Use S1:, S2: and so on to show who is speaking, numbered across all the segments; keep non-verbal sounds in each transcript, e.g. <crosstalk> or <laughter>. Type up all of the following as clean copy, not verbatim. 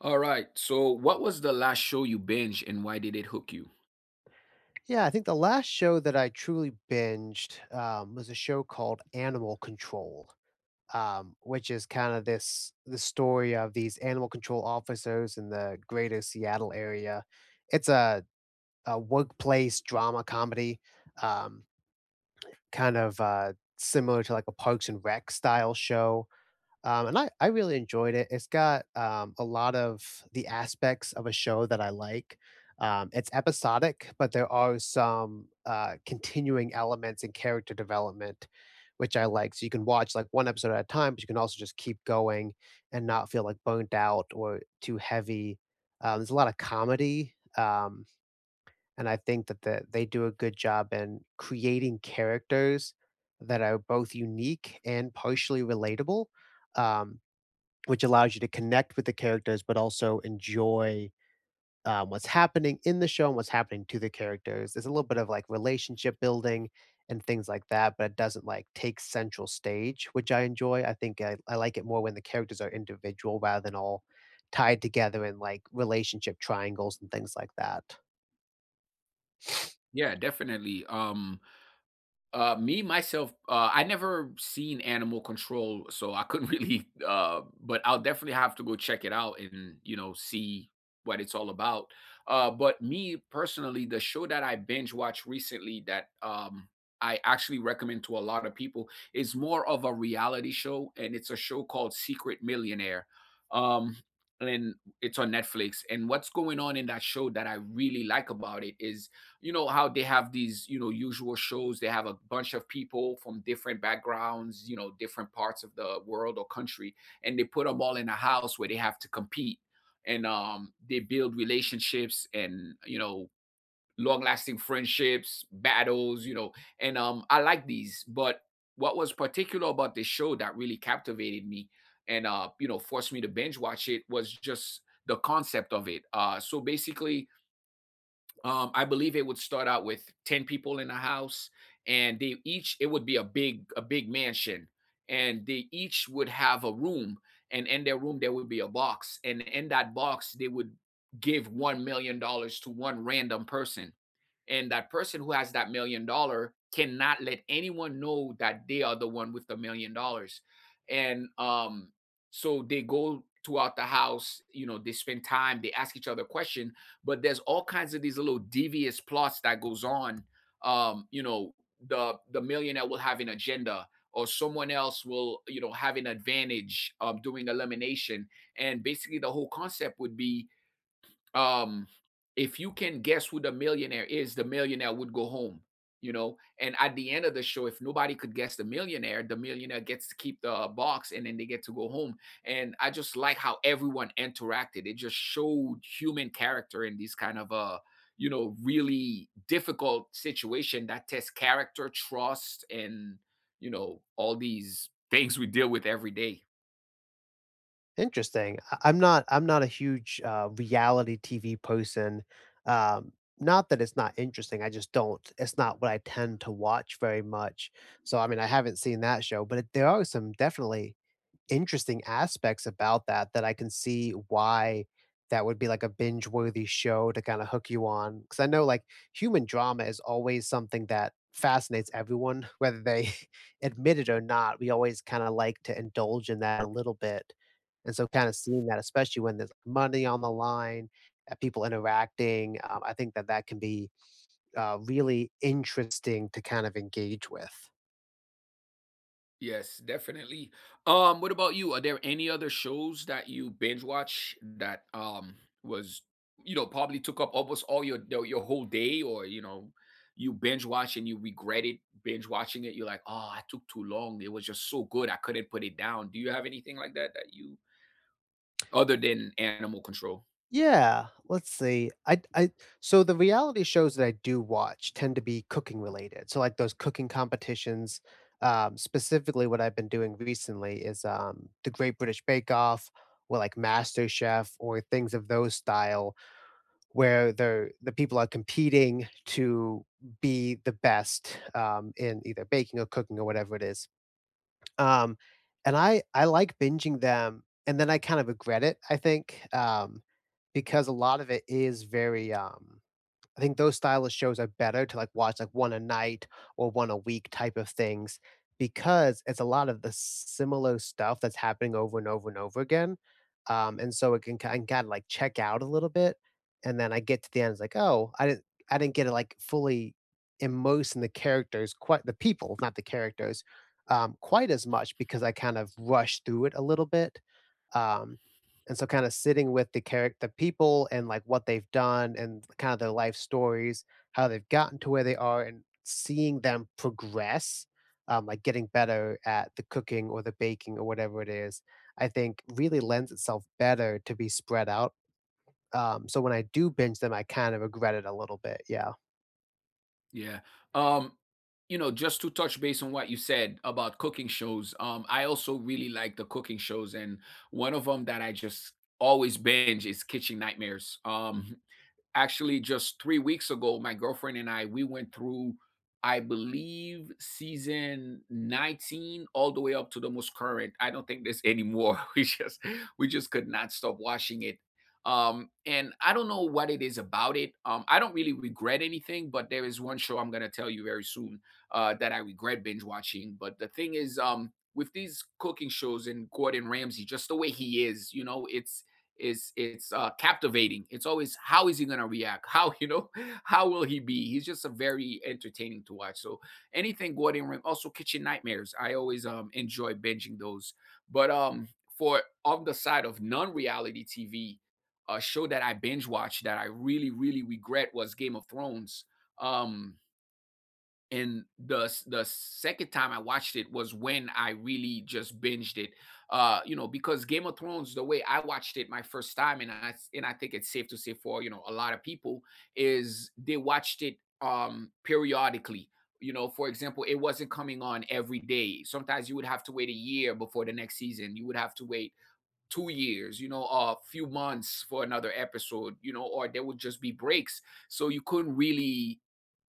S1: All right. So what was the last show you binged and why did it hook you?
S2: Yeah, I think the last show that I truly binged, was a show called Animal Control, which is kinda this the story of these animal control officers in the Greater Seattle area. It's a workplace drama comedy, um, kind of similar to, like, a Parks and Rec style show, and I really enjoyed it. It's got, a lot of the aspects of a show that I like. It's episodic, but there are some, continuing elements and character development, which I like. So you can watch, like, 1 episode at a time, but you can also just keep going and not feel, like, burnt out or too heavy. There's a lot of comedy, and I think that they do a good job in creating characters that are both unique and partially relatable, um, which allows you to connect with the characters, but also enjoy what's happening in the show and what's happening to the characters. There's a little bit of like relationship building and things like that, but it doesn't like take central stage, which I enjoy. I think I like it more when the characters are individual rather than all tied together in like relationship triangles and things like that.
S1: Yeah, definitely. Me, myself, I never seen Animal Control, so I couldn't <laughs> really, but I'll definitely have to go check it out and, you know, see what it's all about. But me personally, the show that I binge watched recently that I actually recommend to a lot of people is more of a reality show, and it's a show called Secret Millionaire. Um, and it's on Netflix. And what's going on in that show that I really like about it is, you know how they have these, you know, usual shows, they have a bunch of people from different backgrounds, you know, different parts of the world or country, and they put them all in a house where they have to compete, and they build relationships, and, you know, long lasting friendships, battles, you know. And I like these, but what was particular about this show that really captivated me, and you know, forced me to binge watch it was just the concept of it. So basically, I believe it would start out with 10 people in the house, and they each it would be a big mansion, and they each would have a room, and in their room there would be a box, and in that box, they would give $1 million dollars to one random person, and that person who has that $1 million cannot let anyone know that they are the one with the $1 million. And so they go throughout the house, you know, they spend time, they ask each other question, but there's all kinds of these little devious plots that goes on. um you know the millionaire will have an agenda, or someone else will, you know, have an advantage of doing elimination. And basically the whole concept would be, um if you can guess who the millionaire is, the millionaire would go home. You know, and at the end of the show, if nobody could guess the millionaire, the millionaire gets to keep the box and then they get to go home. And I just like how everyone interacted. It just showed human character in these kind of you know, really difficult situation that tests character, trust, and, you know, all these things we deal with every day.
S2: Interesting. I'm not a huge, reality TV person, um, not that it's not interesting, I just don't it's not what I tend to watch very much, so, I mean, I haven't seen that show, but it there are some definitely interesting aspects about that, that I can see why that would be like a binge-worthy show to kinda hook you on because I know, like, human drama is always something that fascinates everyone, <laughs> whether they <laughs> admit it or not, we always kinda like to indulge in that a little bit, and so kinda seeing that, especially when there's money on the line, and people interacting, I think that that can be, really interesting to kind of engage with.
S1: Yes, definitely. What about you? Are there any other shows that you binge watch that was, you know, probably took up almost all your your whole day? Or, you know, you binge watch and you regret it binge watching it? You're like, oh, I took too long. It was just so good, I couldn't put it down. Do you have anything like that that you other than Animal Control?
S2: Yeah, let's see. I so the reality shows that I do watch tend to be cooking related. So like those cooking competitions. Specifically, what I've been doing recently is the Great British Bake Off, or like Master Chef, or things of those style, where the people are competing to be the best in either baking or cooking or whatever it is. Um, and I like binging them, and then I kind of regret it, I think, because a lot of it is very, I think those style of shows are better to like watch like one a night or one a week type of things because it's a lot of the similar stuff that's happening over and over and over again. And so it can kind of like check out a little bit. And then I get to the end, it's like, oh, I didn't get to like fully immerse in the characters, quite the people, not the characters, quite as much because I kind of rushed through it a little bit. Um, and so kind of sitting with the character, the people and like what they've done and kind of their life stories, how they've gotten to where they are and seeing them progress, like getting better at the cooking or the baking or whatever it is, I think really lends itself better to be spread out. So when I do binge them, I kind of regret it a little bit. Yeah.
S1: Yeah. Um, you know, just to touch base on what you said about cooking shows, I also really like the cooking shows, and one of them that I just always binge is Kitchen Nightmares. Actually just 3 weeks ago, my girlfriend and I, we went through, I believe, season 19 all the way up to the most current. I don't think there's any more. <laughs> We just could not stop watching it. And I don't know what it is about it. I don't really regret anything, but there is one show I'm gonna tell you very soon that I regret binge watching. But the thing is, with these cooking shows and Gordon Ramsay, just the way he is, you know, it's captivating. It's always, how is he going to react? How, <laughs> you know, how will he be? He's just a very entertaining to watch. So anything Gordon Ramsay, also Kitchen Nightmares, I always enjoy binging those. But for on the side of non-reality TV, a show that I binge watched that I really, really regret was Game of Thrones. Um and the s the second time I watched it was when I really just binged it. Uh, you know, because Game of Thrones, the way I watched it my first time, and I think it's safe to say for, you know, a lot of people, is they watched it, periodically. You know, for example, it wasn't coming on every day. Sometimes you would have to wait a year before the next season. You would have to wait 2 years, you know, a few months for another episode, you know, or there would just be breaks. So you couldn't really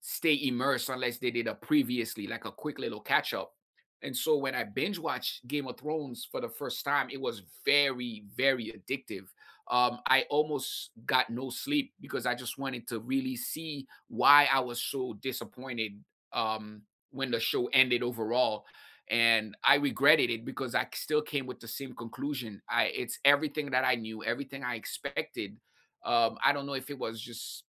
S1: stay immersed unless they did a previously, like a quick little catch up. And so when I binge watched Game of Thrones for the first time, it was very, very addictive. I almost got no sleep because I just wanted to really see why I was so disappointed, um, when the show ended overall. And I regretted it because I still came with the same conclusion. I It's everything that I knew, everything I expected. I don't know if it was just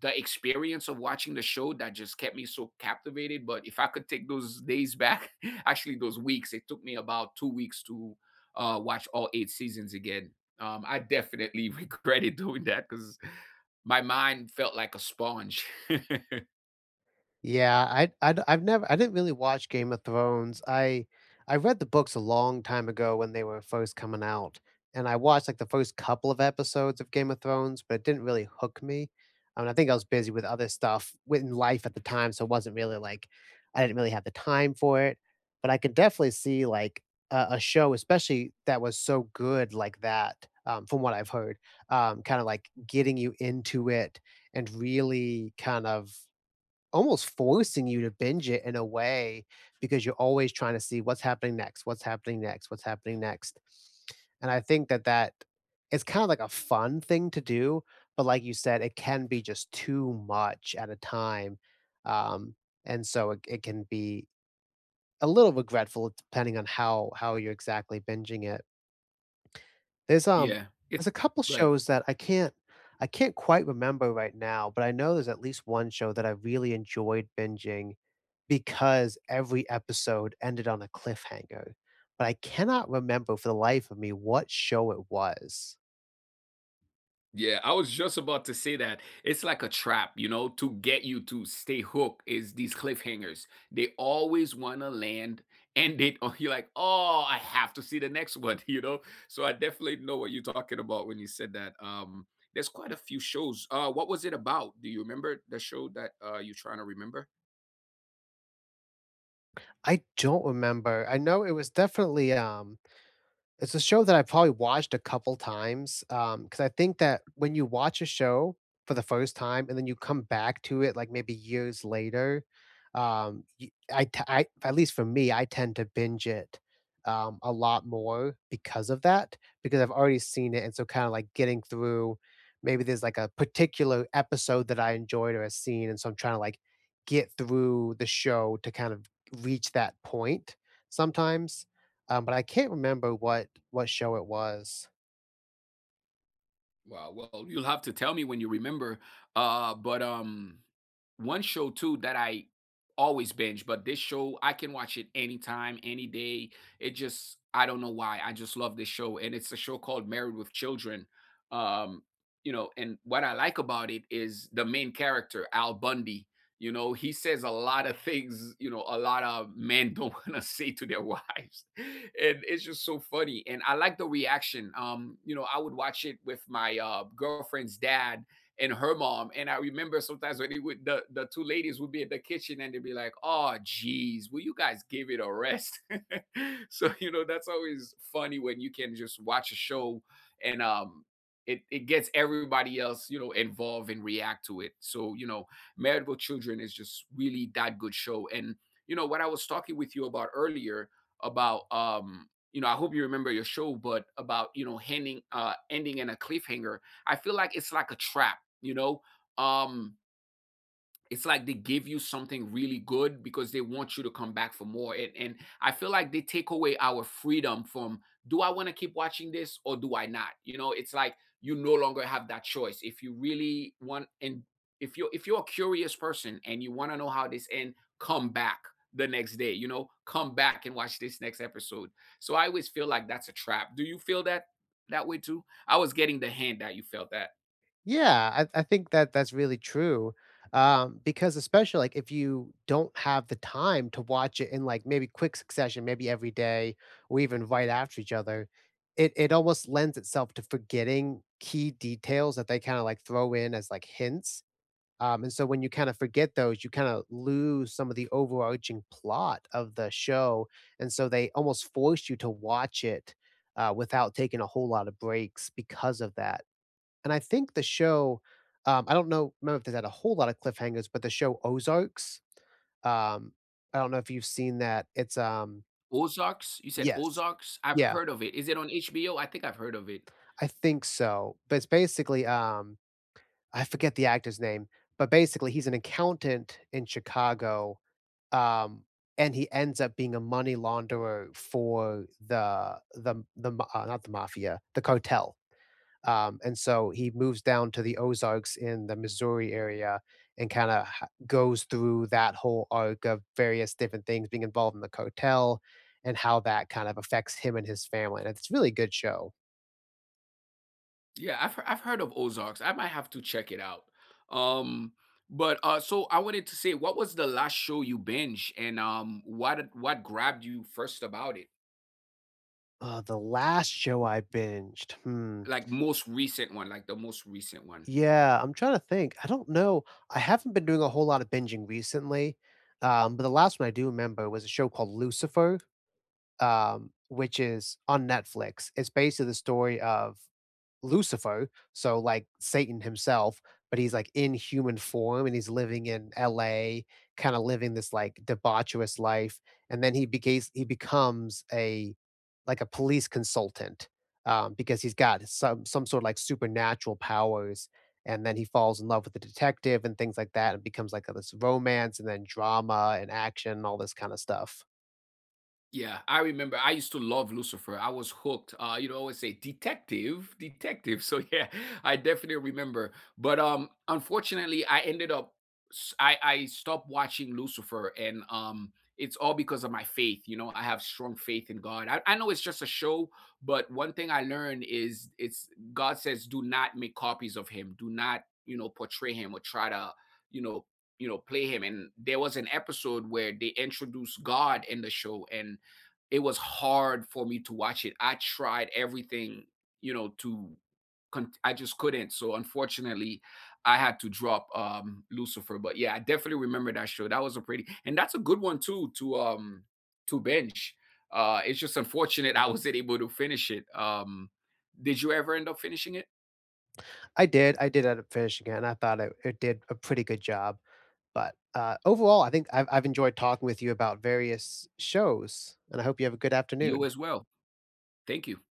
S1: the experience of watching the show that just kept me so captivated, but if I could take those days back, <laughs> actually those weeks, it took me about 2 weeks to, watch all 8 seasons again. I definitely <laughs> regretted doing that because my mind felt like a sponge. <laughs>
S2: Yeah, I've never I didn't really watch Game of Thrones. I read the books a long time ago when they were first coming out, and I watched like the first couple of episodes of Game of Thrones, but it didn't really hook me. I mean, I think I was busy with other stuff in life at the time, so it wasn't really like I didn't really have the time for it. But I could definitely see like a show, especially that was so good like that, from what I've heard, kind of like getting you into it and really kind of almost forcing you to binge it in a way because you're always trying to see what's happening next, what's happening next, what's happening next. And I think that that is kind of like a fun thing to do, but like you said, it can be just too much at a time, um, and so it can be a little regretful depending on how you're exactly binging it. There's, um
S1: Yeah, it's
S2: there's a couple
S1: good.
S2: shows that I can't quite remember right now, but I know there's at least one show that I really enjoyed binging because every episode ended on a cliffhanger, but I cannot remember for the life of me what show it was.
S1: Yeah, I was just about to say that. It's like a trap, you know, to get you to stay hooked is these cliffhangers. They always want to land, and they <laughs> oh, you're like, "Oh, I have to see the next one," <laughs> you know? So I definitely know what you're talking about when you said that. Um, there's quite a few shows. Uh, what was it about? Do you remember the show that uh, you're trying to remember?
S2: I don't remember. I know it was definitely, it's a show that I probably watched a couple times, because I think that when you watch a show for the first time and then you come back to it, like, maybe years later, y I t I at least for me, I tend to binge it, a lot more because of that, because I've already seen it, and so kinda, like, getting through maybe there's, like, a particular episode that I enjoyed or a scene, and so I'm trying to, like, get through the show to kind of reach that point sometimes. But I can't remember what show it was.
S1: Wow. Well, you'll have to tell me when you remember. But one show too that I always binge, but this show I can watch it anytime, any day. It just I don't know why. I just love this show, and it's a show called Married with Children. Um, you know, and what I like about it is the main character Al Bundy. You know, he says a lot of things, you know, a lot of men <laughs> don't want to say to their <laughs> wives. And it's just so funny. And I like the reaction. You know, I would watch it with my girlfriend's dad and her mom. And I remember sometimes when they would, the two ladies would be at the kitchen and they'd be like, oh, geez, will you guys give it a rest? <laughs> So, you know, that's always funny when you can just watch a show and, it gets everybody else, you know, involved and react to it. So, you know, Married with Children is just really that good show. And you know what I was talking with you about earlier about, you know, I hope you remember your show, but about, you know, ending ending in a cliffhanger. I feel like it's like a trap. You know, um it's like they give you something really good because they want you to come back for more. And I feel like they take away our freedom from, do I want to keep watching this or do I not? You know, it's like you no longer have that choice. If you really want and if you're a curious person and you want to know how this end, come back the next day, you know, come back and watch this next episode. So I always feel like that's a trap. Do you feel that that way too? I was getting the hand that you felt that.
S2: Yeah, I think that that's really true, because especially, like, if you don't have the time to watch it in, like, maybe quick succession, maybe every day or even right after each other, it almost lends itself to forgetting key details that they kinda, like, throw in as, like, hints. And so when you kind of forget those, you kind of lose some of the overarching plot of the show. And so they almost force you to watch it without taking a whole lot of breaks because of that. And I think the show, I don't know, remember if they had a whole lot of cliffhangers, but the show Ozarks, um, I don't know if you've seen that. It's,
S1: Ozarks? You said
S2: yes.
S1: Ozarks? I've
S2: Yeah,
S1: heard of it. Is it on HBO? I think I've heard of it.
S2: I think so. But it's basically, I forget the actor's name, but basically he's an accountant in Chicago. Um, and he ends up being a money launderer for not the mafia, the cartel. And so he moves down to the Ozarks in the Missouri area and kind of goes through that whole arc of various different things being involved in the cartel and how that kind of affects him and his family. And it's a really good show.
S1: Yeah, I've he- I've heard of Ozarks. I might have to check it out. Um, but so I wanted to say, what was the last show you binge, and, what, grabbed you first about it?
S2: The last show I binged. Hmm.
S1: Like most recent one, like the most recent one.
S2: Yeah, I'm trying to think. I don't know. I haven't been doing a whole lot of binging recently, but the last one I do remember was a show called Lucifer, which is on Netflix. It's basically the story of Lucifer, so like Satan himself, but he's like in human form and he's living in LA, kind of living this like debaucherous life. And then he becomes a like a police consultant because he's got some sort of like supernatural powers. And then he falls in love with the detective and things like that, and becomes like this romance and then drama and action and all this kind of stuff.
S1: Yeah, I remember I used to love Lucifer. I was hooked. You know, I always say detective, detective. So yeah, <laughs> I definitely remember. But unfortunately I ended up, I stopped watching Lucifer, and it's all because of my faith. You know, I have strong faith in God. I know it's just a show, but one thing I learned is, it's God says do not make copies of him. Do not, you know, portray him or try to, you know, you know, play him. And there was an episode where they introduced God in the show and it was hard for me to watch it. I tried everything, you know, to I just couldn't. So unfortunately, I had to drop Lucifer. But yeah, I definitely remember that show. That was a pretty, and that's a good one too to, binge. Uh, it's just unfortunate <laughs> I wasn't able to finish it. Did you ever end up finishing it?
S2: I did end up finishing it, and I thought it did a pretty good job. But overall, I think I've enjoyed talking with you about various shows, and I hope you have a good
S1: You
S2: afternoon.
S1: as well. Thank you.